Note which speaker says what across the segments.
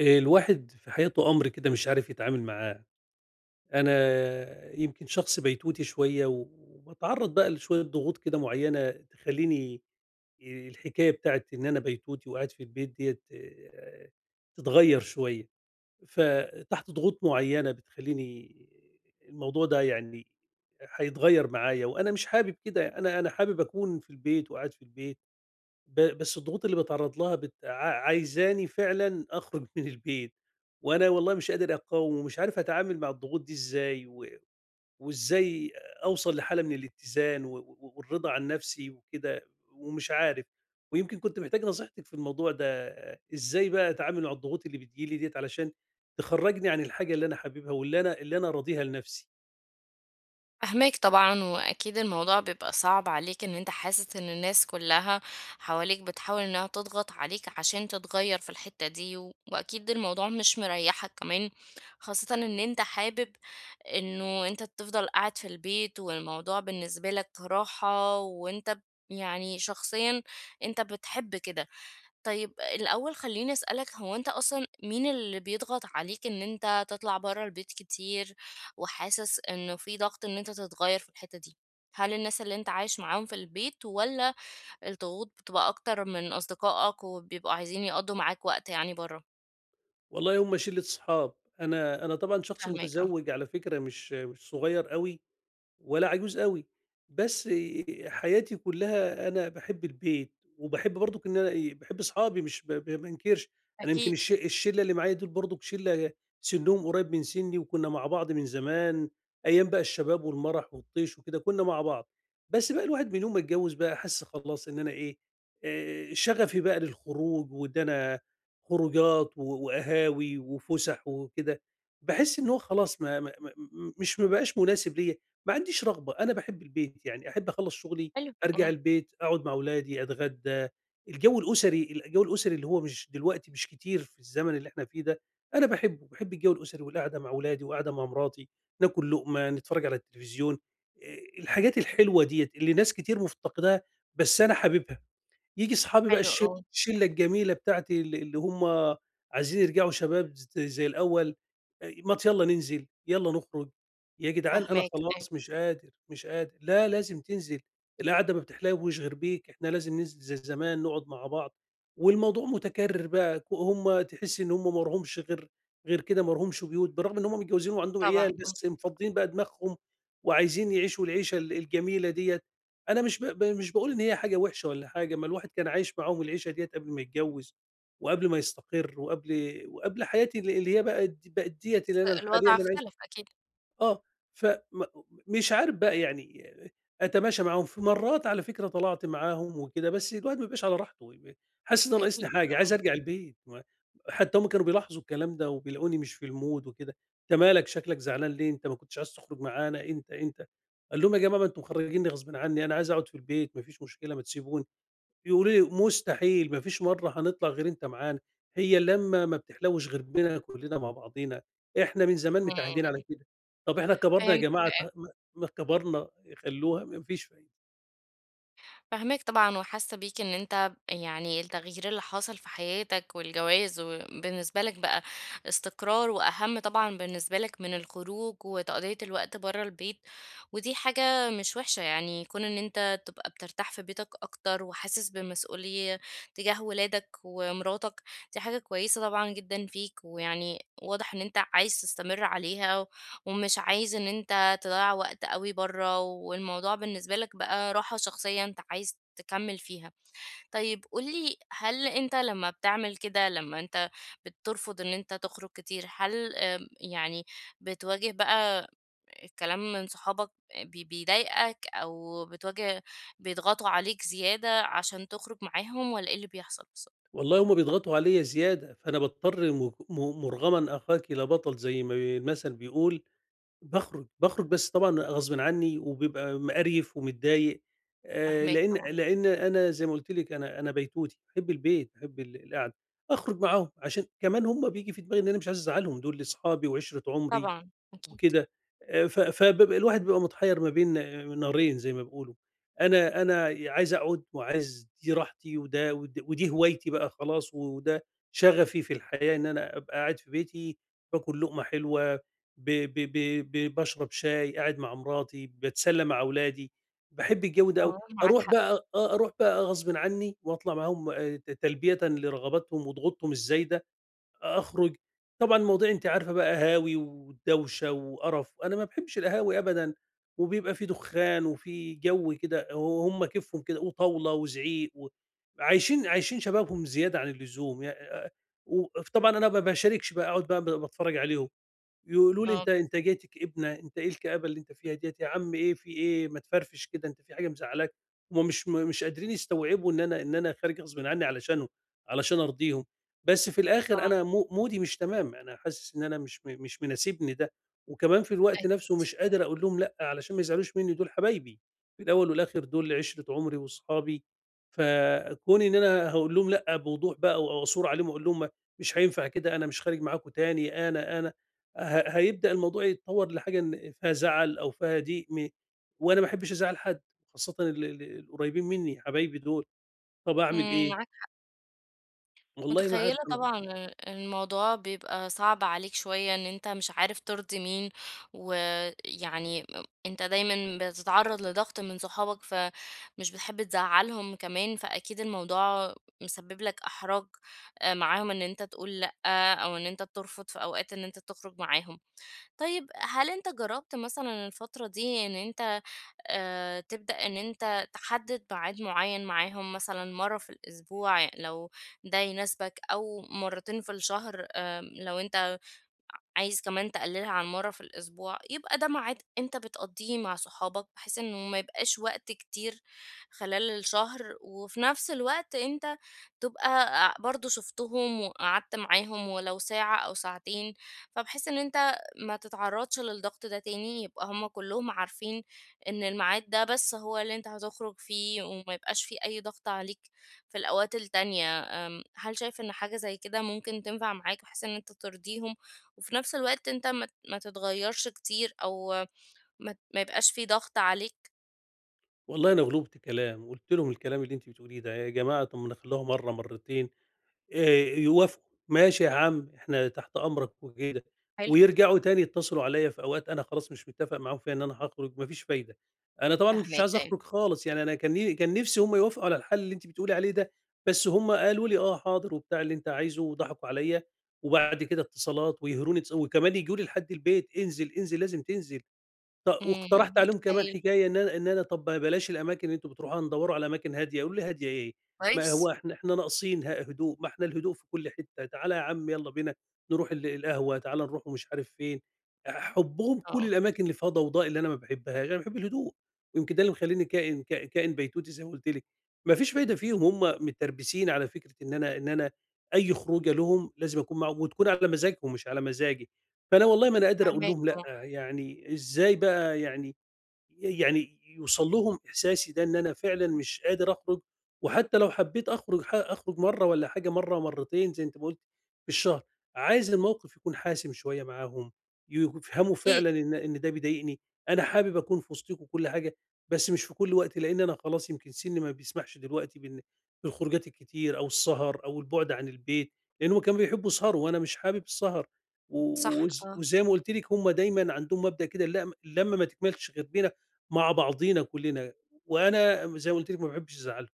Speaker 1: الواحد في حياته أمر كده مش عارف يتعامل معاه، أنا يمكن شخص بيتوتي شوية وباتعرّض بقى لشوية ضغوط كده معيّنة تخلّيني الحكاية بتاعة إن أنا بيتوتي وقاعد في البيت ديّة تتغيّر شوية، فتحت ضغوط معيّنة بتخلّيني الموضوع ده يعني هيتغيّر معايا وأنا مش حابب كده، أنا حابب أكون في البيت وقاعد في البيت. بس الضغوط اللي باتعرّض لها بت ع عايزاني فعلًا أخرج من البيت، وأنا والله مش قادر أقاوم ومش عارف أتعامل مع الضغوط دي إزاي، وإزاي أوصل لحالة من الاتزان و و والرضا عن نفسي وكده، ومش عارف. ويمكن كنت محتاج نصيحتِك في الموضوع ده، إزاي بقى أتعامل مع الضغوط اللي بتيجي لي ديّة علشان تخرّجني عن الحاجة اللي أنا حاببها واللي أنا راضيها لنفسي.
Speaker 2: فاهماك طبعًا، وأكيد الموضوع بيبقى صعب عليك إن أنت حاسس إن الناس كلّها حواليك بتحاول إنها تضغط عليك عشان تتغيّر في الحتّة دي، و- وأكيد الموضوع مش مريّحك كمان، خاصةً إن أنت حابب إنه أنت تفضل قاعد في البيت والموضوع بالنسبة لك راحة، وأنت يعني شخصيًا أنت بتحب كده. طيب الأول خلّيني أسألك، هو أنت أصلًا مين اللي بيضغط عليك إن أنت تطلع برّه البيت كتير؟ وحاسس إنه في ضغط إن أنت تتغيّر في الحتّة دي؟ هل الناس اللي أنت عايش معاهم في البيت، والّا الضغوط بتبقى أكتر من أصدقائك وبيبقوا عايزين يقضّوا معاك وقت يعني برّه؟
Speaker 1: والله هم شلة صحاب، أنا طبعًا شخص
Speaker 2: فاهماك، آه.
Speaker 1: متزوج على فكرة مش صغير أوي، ولا عجوز أوي، بس حياتي كلّها أنا باحب البيت، وباحب برضُك إن أنا إيه، باحب أصحابي مش ب ب ما انكرش، أنا يمكن
Speaker 2: أكيد.
Speaker 1: الشلّة اللي معايا دول برضُك شلّة سِنّهم قريب من سِنّي وكُنّا مع بعض من زمان، أيام بقى الشباب والمَرَح والطيش وكده كُنّا مع بعض، بس بقى الواحد من يوم ما اتجوّز بقى حَس خلاص إن أنا إيه، شغفي بقى للخروج وإن أنا خروجات وقهاوي وفُسح وكده، باحس إن هو خلاص ما بقاش مناسب ليّا. ما عنديش رغبة، أنا باحب البيت، يعني أحب أخلّص شغلي،
Speaker 2: حلو،
Speaker 1: أرجع
Speaker 2: آه.
Speaker 1: البيت، أقعد مع أولادي، أتغدى، الجو الأسري اللي هو مش دلوقتي مش كتير في الزمن اللي إحنا فيه ده، أنا باحبه، باحب الجو الأسري والقعدة مع أولادي وقعدة مع مراتي، ناكل لقمة، نتفرّج على التلفزيون، الحاجات الحلوة ديّة اللي ناس كتير مفتقداها، بس أنا حاببها. ييجي صحابي بقى
Speaker 2: حلو، آه.
Speaker 1: الشلة الجميلة بتاعتي اللي هم عايزين يرجعوا شباب زي الأول، ما ت يالّا ننزل، يالّا نخرج، يا جدعان أنا
Speaker 2: فاهماك، أيوه.
Speaker 1: خلاص مش قادر، مش قادر، لا لازم تنزل، القعدة ما بتحلاوِّش غير بيك، إحنا لازم ننزل زي زمان نقعد مع بعض، والموضوع متكرر بقى هم تحس إن هم ما لهمش غير كده ما لهمش بيوت، بالرغم إن هم متجوزين وعندهم عيال،
Speaker 2: طبعًا، آه.
Speaker 1: بس مفضيين بقى دماغهم وعايزين يعيشوا العيشة الجميلة ديّة. أنا مش ب ب مش باقول إن هي حاجة وحشة والّا حاجة، ما الواحد كان عايش معاهم العيشة ديّة قبل ما يتجوّز، وقبل ما يستقر، وقبل حياتي اللي هي بقت ديّة
Speaker 2: بس
Speaker 1: اللي أنا الحالية
Speaker 2: الوضع
Speaker 1: اللي أنا عايش
Speaker 2: اختلف أكيد.
Speaker 1: آه، فم مش عارف بقى يعني أتماشى معاهم، في مرّات على فكرة طلعت معاهم وكده، بس الواحد ما بيبقاش على راحته، حاسس إن أنا
Speaker 2: أكيد
Speaker 1: ناقصني حاجة، عايز
Speaker 2: طبعًا.
Speaker 1: أرجع البيت، ما حتى هُم كانوا بيلاحظوا الكلام ده وبيلاقوني مش في المود وكده، "أنت مالك شكلك زعلان ليه؟ أنت ما كنتش عايز تخرج معانا، أنت، أنت." قال لهم: "يا جماعة ما أنتم مخرجينّي غصبٍ عني، أنا عايز أقعد في البيت، ما فيش مشكلة، ما تسيبوني." يقولوا لي: "مستحيل، ما فيش مرّة هنطلع غير أنت معانا، هي اللمّة ما بتحلوش غير بينا كلّنا مع بعضينا، إحنا من زمان متعهدين
Speaker 2: إمم.
Speaker 1: على كده، طب إحنا كبرنا يا
Speaker 2: فهمت.
Speaker 1: جماعة ط ما ما كبرنا خلّوها." ما فيش فايدة.
Speaker 2: فاهماك طبعًا، وحاسة بيك إن أنت يعني التغيير اللي حاصل في حياتك والجواز، وبالنسبة لك بقى استقرار وأهم طبعًا بالنسبة لك من الخروج وتقضية الوقت برّه البيت. ودي حاجة مش وحشة يعني، كون إن أنت تبقى بترتاح في بيتك أكتر وحاسس بالمسؤولية تجاه ولادك ومراتك. دي حاجة كويسة طبعًا جدًا فيك، ويعني واضح إن أنت عايز تستمر عليها، ومش عايز إن أنت تضيّع وقت أوي برّه، والموضوع بالنسبة لك بقى راحة شخصية أنت عايز تكمّل فيها. طيب قُل لي، هل أنت لمّا بتعمل كده، لمّا أنت بترفض إن أنت تخرج كتير، هل يعني بتواجه بقى الكلام من صحابك بيضايقك، أو بتواجه بيضغطوا عليك زيادة عشان تخرج معاهم، والّا إيه اللي بيحصل بالضبط؟
Speaker 1: والله هُم بيضغطوا عليَّ زيادة، فأنا باضطر م م مُرغمًا أخاك إلى بطل زي ما المثل بيقول باخرج، باخرج بس طبعًا غصبٍ عني وبيبقى مقريف ومتضايق
Speaker 2: فاهماك
Speaker 1: لإن
Speaker 2: طبعًا.
Speaker 1: لإن أنا زي ما قُلت لِك أنا بيتوتي، باحب البيت، باحب القعدة، أخرج معاهم عشان كمان هُم بييجي في دماغي إن أنا مش عايز أزعّلهم، دول أصحابي وعِشرة عمري
Speaker 2: طبعًا، أكيد.
Speaker 1: وكده ف فبيبقى الواحد بيبقى متحيّر ما بين نارين زي ما بيقولوا، أنا عايز أقعد وعايز دي راحتي وده ود ودي هوايتي بقى خلاص وده شغفي في الحياة إن أنا أبقى قاعد في بيتي باكل لقمة حلوة، ب ب ب ب باشرب شاي، قاعد مع مراتي، باتسلى مع أولادي، باحب الجو ده أوي،
Speaker 2: آه. معاك
Speaker 1: أروح
Speaker 2: حق.
Speaker 1: بقى آه، أروح بقى غصبٍ عني وأطلع معاهم ت تلبيةً لرغباتهم وضغوطهم الزايدة أخرج، طبعًا المواضيع أنتِ عارفة بقى قهاوي ودوشة وقرف، أنا ما باحبش القهاوي أبدًا، وبيبقى في دخان وفي جو كده وهُم كيفهم كده وطاولة وزعيق و عايشين شبابهم زيادة عن اللزوم، يع وطبعًا أنا ما باشاركش بقى، أقعد بقى باتفرج عليهم. يقولوا لي:
Speaker 2: آه،
Speaker 1: "أنت إنتاجيتك إبنة، أنت إيه الكآبة اللي أنت فيها ديّة، يا عم إيه في إيه، ما تفرفش كده، أنت في حاجة مزعّلاك؟" هُم مش قادرين يستوعبوا إن أنا خارج غصبٍ عني علشانهم، علشان أرضيهم، بس في الآخر
Speaker 2: طبعًا.
Speaker 1: أنا مودي مش تمام، أنا حاسس إن أنا مش مناسبني ده، وكمان في
Speaker 2: أي.
Speaker 1: الوقت نفسه مش قادر أقول لهم لأ، علشان ما يزعلوش مني، دول حبايبي، في الأول والآخر دول عِشرة عمري وصحابي، فكوني إن أنا هاقول لهم لأ بوضوح بقى و وأثور عليهم وأقول لهم مش هينفع كده، أنا مش خارج معاكم تاني، أنا، أنا. هيبدأ الموضوع يتطور لحاجة إن فيها زعل أو فيها ضيق وأنا ما باحبش أزعّل حد، خاصةً ال ال القريبين مني حبايبي دول، طَب أعمل إيه؟
Speaker 2: إمم.
Speaker 1: والله ما
Speaker 2: متخيلة
Speaker 1: عارف أعمل إيه،
Speaker 2: طبعًا الموضوع بيبقى صعب عليك شوية، إن أنت مش عارف ترضي مين، ويعني أنت دايمًا بتتعرض لضغط من صحابك، فمش بتحب تزعلهم كمان، فأكيد الموضوع مسبب لك إحراج معاهم، إن أنت تقول لأ، أو إن أنت بترفض في أوقات إن أنت تخرج معاهم. طيب هل أنت جربت مثلًا الفترة دي إن أنت تبدأ إن أنت تحدد ميعاد معين معاهم، مثلًا مرّة في الأسبوع لو ده يناسبك، أو مرتين في الشهر؟ لو أنت عايز كمان تقللها عن مرة في الأسبوع، يبقى ده ميعاد أنت بتقضيه مع صحابك، بحيث إنه ما يبقاش وقت كتير خلال الشهر، وفي نفس الوقت أنت تبقى برضو شفتهم وقعدت معاهم ولو ساعة أو ساعتين. فبحيث إن أنت ما تتعرضش للضغط ده تاني، يبقى هما كلهم عارفين إن الميعاد ده بس هو اللي أنت هتخرج فيه، وما يبقاش فيه أي ضغط عليك في الأوقات التانية. هل شايف إن حاجة زي كده ممكن تنفع معاك، بحيث إن أنت ترضيهم وفي نفس الوقت أنت ما تتغيّرش كتير، أو ما يبقاش في ضغط عليك؟
Speaker 1: والله أنا غلُبت كلام، قُلت لهم الكلام اللي أنتِ بتقوليه ده، يا جماعة طَب ما نخلّوها مرّة، مرّتين. يوافقوا، ماشي يا عم إحنا تحت أمرك وكده،
Speaker 2: حلو.
Speaker 1: ويرجعوا تاني يتصلوا عليّا في أوقات أنا خلاص مش متفق معاهم فيها إن أنا هاخرج، ما فيش فايدة. أنا طبعًا مش
Speaker 2: فاهماك
Speaker 1: عايز
Speaker 2: أيوه.
Speaker 1: أخرج خالص، يعني أنا كان نفسي هم يوافقوا على الحل اللي أنتِ بتقولي عليه ده، بس هم قالوا لي: "آه، حاضر." وبتاع اللي أنت عايزه وضحكوا عليّا، وبعد كده اتصالات ويهروني وكمان يجوا لي لحد البيت، "انزل، انزل، لازم تنزل."
Speaker 2: إمم،
Speaker 1: واقترحت عليهم كمان
Speaker 2: متخيّلة
Speaker 1: حكاية إن أنا طب ما بلاش الأماكن اللي أنتم بتروحوها ندوّروا على أماكن هادية، يقولوا لي هادية إيه؟ ما
Speaker 2: كويس.
Speaker 1: هو إحنا ناقصين هدوء، ما إحنا الهدوء في كل حتة، تعالَ يا عم يالّا بينا نروح القهوة، تعالَ نروح مش عارف فين، حُبّهم كل
Speaker 2: آه،
Speaker 1: الأماكن اللي فيها ضوضاء اللي أنا ما باحبهاش، أنا باحب الهدوء، ويمكن ده اللي مخلّيني كائن بيتوتي زي ما قُلت لِك، ما فيش فايدة فيهم، هُم متربسين على فكرة إن أنا أي خروجة لهم لازم أكون معاهم وتكون على مزاجهم مش على مزاجي. فأنا والله ما أنا قادر أقول
Speaker 2: فاهماك
Speaker 1: لهم لأ،
Speaker 2: طبعًا.
Speaker 1: يعني إزاي بقى يعني يعني يوصل لهم إحساسي ده إن أنا فعلًا مش قادر أخرج، وحتى لو حبيت أخرج أخرج مرّة والّا حاجة، مرّة مرّتين زي أنت ما قُلت في الشهر، عايز الموقف يكون حاسم شوية معاهم، يفهموا
Speaker 2: أكيد.
Speaker 1: فعلًا إن ده بيضايقني، أنا حابب أكون في وسطيكم وكل حاجة، بس مش في كل وقت، لإن أنا خلاص يمكن سني ما بيسمحش دلوقتي بالخروجات الكتير أو السهر أو البُعد عن البيت، لإن هُم كانوا بيحبوا يسهروا وأنا مش حابب السهر، و
Speaker 2: صح،
Speaker 1: وز
Speaker 2: آه.
Speaker 1: وزي ما قُلت لِك هُم دايمًا عندهم مبدأ كده اللمة ما تكملش غير بين مع بعضينا كلنا، وأنا زي ما قُلت لِك ما باحبش أزعّلهم.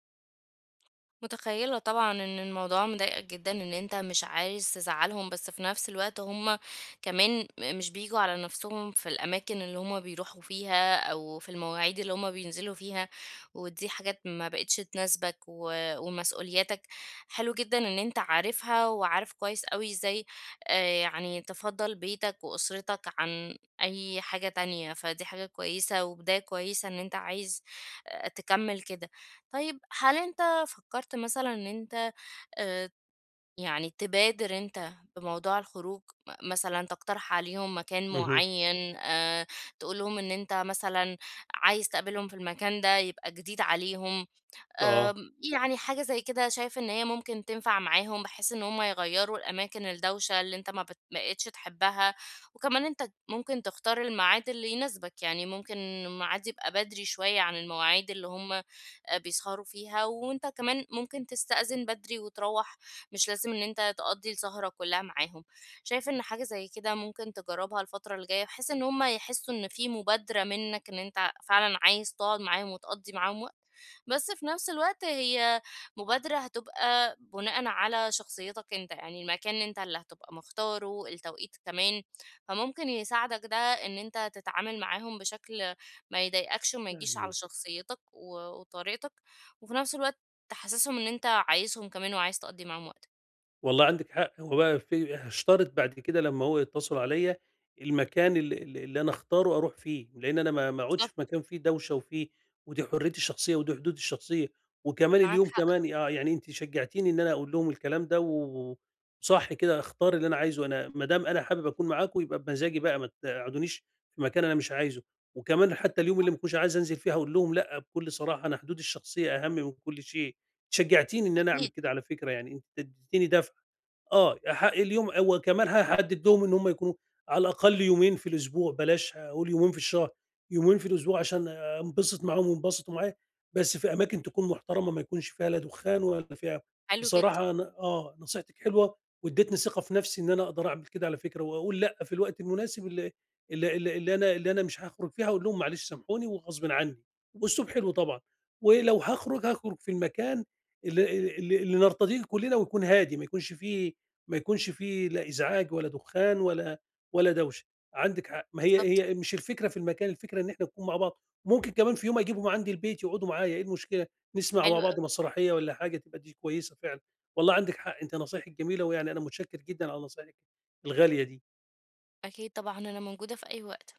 Speaker 2: متخيلة طبعًا إن الموضوع مضايقك جدًا، إن أنت مش عايز تزعّلهم، بس في نفس الوقت هُم كمان مش بييجوا على نفسهم في الأماكن اللي هُم بيروحوا فيها، أو في المواعيد اللي هُم بينزلوا فيها، ودي حاجات ما بقتش تناسبك ومسؤولياتك. حلو جدًا إن أنت عارفها، وعارف كويس أوي إزاي يعني تفضّل بيتك وأسرتك عن أي حاجة تانية، فدي حاجة كويسة وبداية كويسة إن أنت عايز تكمّل كده. طيب هل أنت فكرت مثلًا إن أنت آآ، يعني تبادر أنت بموضوع الخروج، مثلًا تقترح عليهم مكان
Speaker 1: اهم.
Speaker 2: معين، تقول لهم إن أنت مثلًا عايز تقابلهم في المكان ده، يبقى جديد عليهم؟
Speaker 1: آه.
Speaker 2: آمم، يعني حاجة زي كده شايف إن هي ممكن تنفع معاهم، بحيث إن هم يغيّروا الأماكن الدوشة اللي أنت ما بت بقيتش تحبها. وكمان أنت ممكن تختار الميعاد اللي يناسبك، يعني ممكن الميعاد يبقى بدري شوية عن المواعيد اللي هم بيسهروا فيها، وانت كمان ممكن تستأذن بدري وتروح، مش لازم ان انت تقضي السهرة كلها معاهم. شايف ان حاجة زي كده ممكن تجربها الفترة الجاية، بحيث ان هم يحسوا ان في مبادرة منك، ان انت فعلا عايز تقعد معاهم وتقضي معاهم وقت، بس في نفس الوقت هي مبادرة هتبقى بناء على شخصيتك انت، يعني المكان انت اللي هتبقى مختاره، التوقيت كمان، فممكن يساعدك ده ان انت تتعامل معاهم بشكل ما يضايقكش، وما يجيش على
Speaker 1: أيوه.
Speaker 2: شخصيتك وطريقتك، وفي نفس الوقت تحسسهم إن أنت عايزهم كمان، وعايز تقضّي معاهم وقت.
Speaker 1: والله عندِك حق، هو بقى في اشترط بعد كده لمّا هو يتصل عليَّ المكان ال ال اللي أنا اختاره أروح فيه، لإن أنا ما اقعدش في
Speaker 2: بالضبط.
Speaker 1: مكان فيه دوشة وفيه ودي حريتي الشخصية ودي حدودي الشخصية، وكمان
Speaker 2: معاك
Speaker 1: اليوم
Speaker 2: حق.
Speaker 1: كمان آه، يعني أنتِ شجعتيني إن أنا أقول لهم الكلام ده وصح كده أختار اللي أنا عايزه، أنا ما دام أنا حابب أكون معاكم يبقى بمزاجي بقى، ما تقعدونيش في مكان أنا مش عايزه، وكمان حتى اليوم اللي ما اكونش عايز أنزل فيه هاقول لهم لأ بكل صراحة، أنا حدودي الشخصية أهم من كل شيء، شجعتيني إن أنا أعمل
Speaker 2: أكيد.
Speaker 1: كده على فكرة، يعني أنتِ اديتيني دفعة. آه، حق اليوم هو كمان هاحدد لهم إن هم يكونوا على الأقل يومين في الأسبوع، بلاش أقول يومين في الشهر، يومين في الأسبوع عشان أنبسط معاهم وينبسطوا معايا، بس في أماكن تكون محترمة ما يكونش فيها لا دخان ولا فيها
Speaker 2: حلو جدًا.
Speaker 1: بصراحة أنا آه، نصيحتك حلوة وادّتني ثقة في نفسي إن أنا أقدر أعمل كده على فكرة، وأقول لأ في الوقت المناسب اللي أنا مش هاخرج فيها، أقول لهم معلش سامحوني وغصبٍ عني، وبأسلوب حلو طبعًا، ولو هاخرج، هاخرج في المكان اللي نرتضيه كلنا ويكون هادي، ما يكونش فيه لا إزعاج ولا دخان ولا دوشة. عندِك حق، ما هي
Speaker 2: بالضبط.
Speaker 1: هي مش الفكرة في المكان، الفكرة إن إحنا نكون مع بعض، ممكن كمان في يوم أجيبهم عندي البيت يقعدوا معايا، إيه المشكلة؟ نسمع مع
Speaker 2: حلو
Speaker 1: بعض
Speaker 2: أوي.
Speaker 1: مسرحية والّا حاجة تبقى دي كويسة فعلًا. والله عندِك حق، أنتِ نصايحِك جميلة، ويعني أنا متشكر جدًا على نصايحِك الغالية دي.
Speaker 2: أكيد طبعًا، أنا موجودة في أي وقت.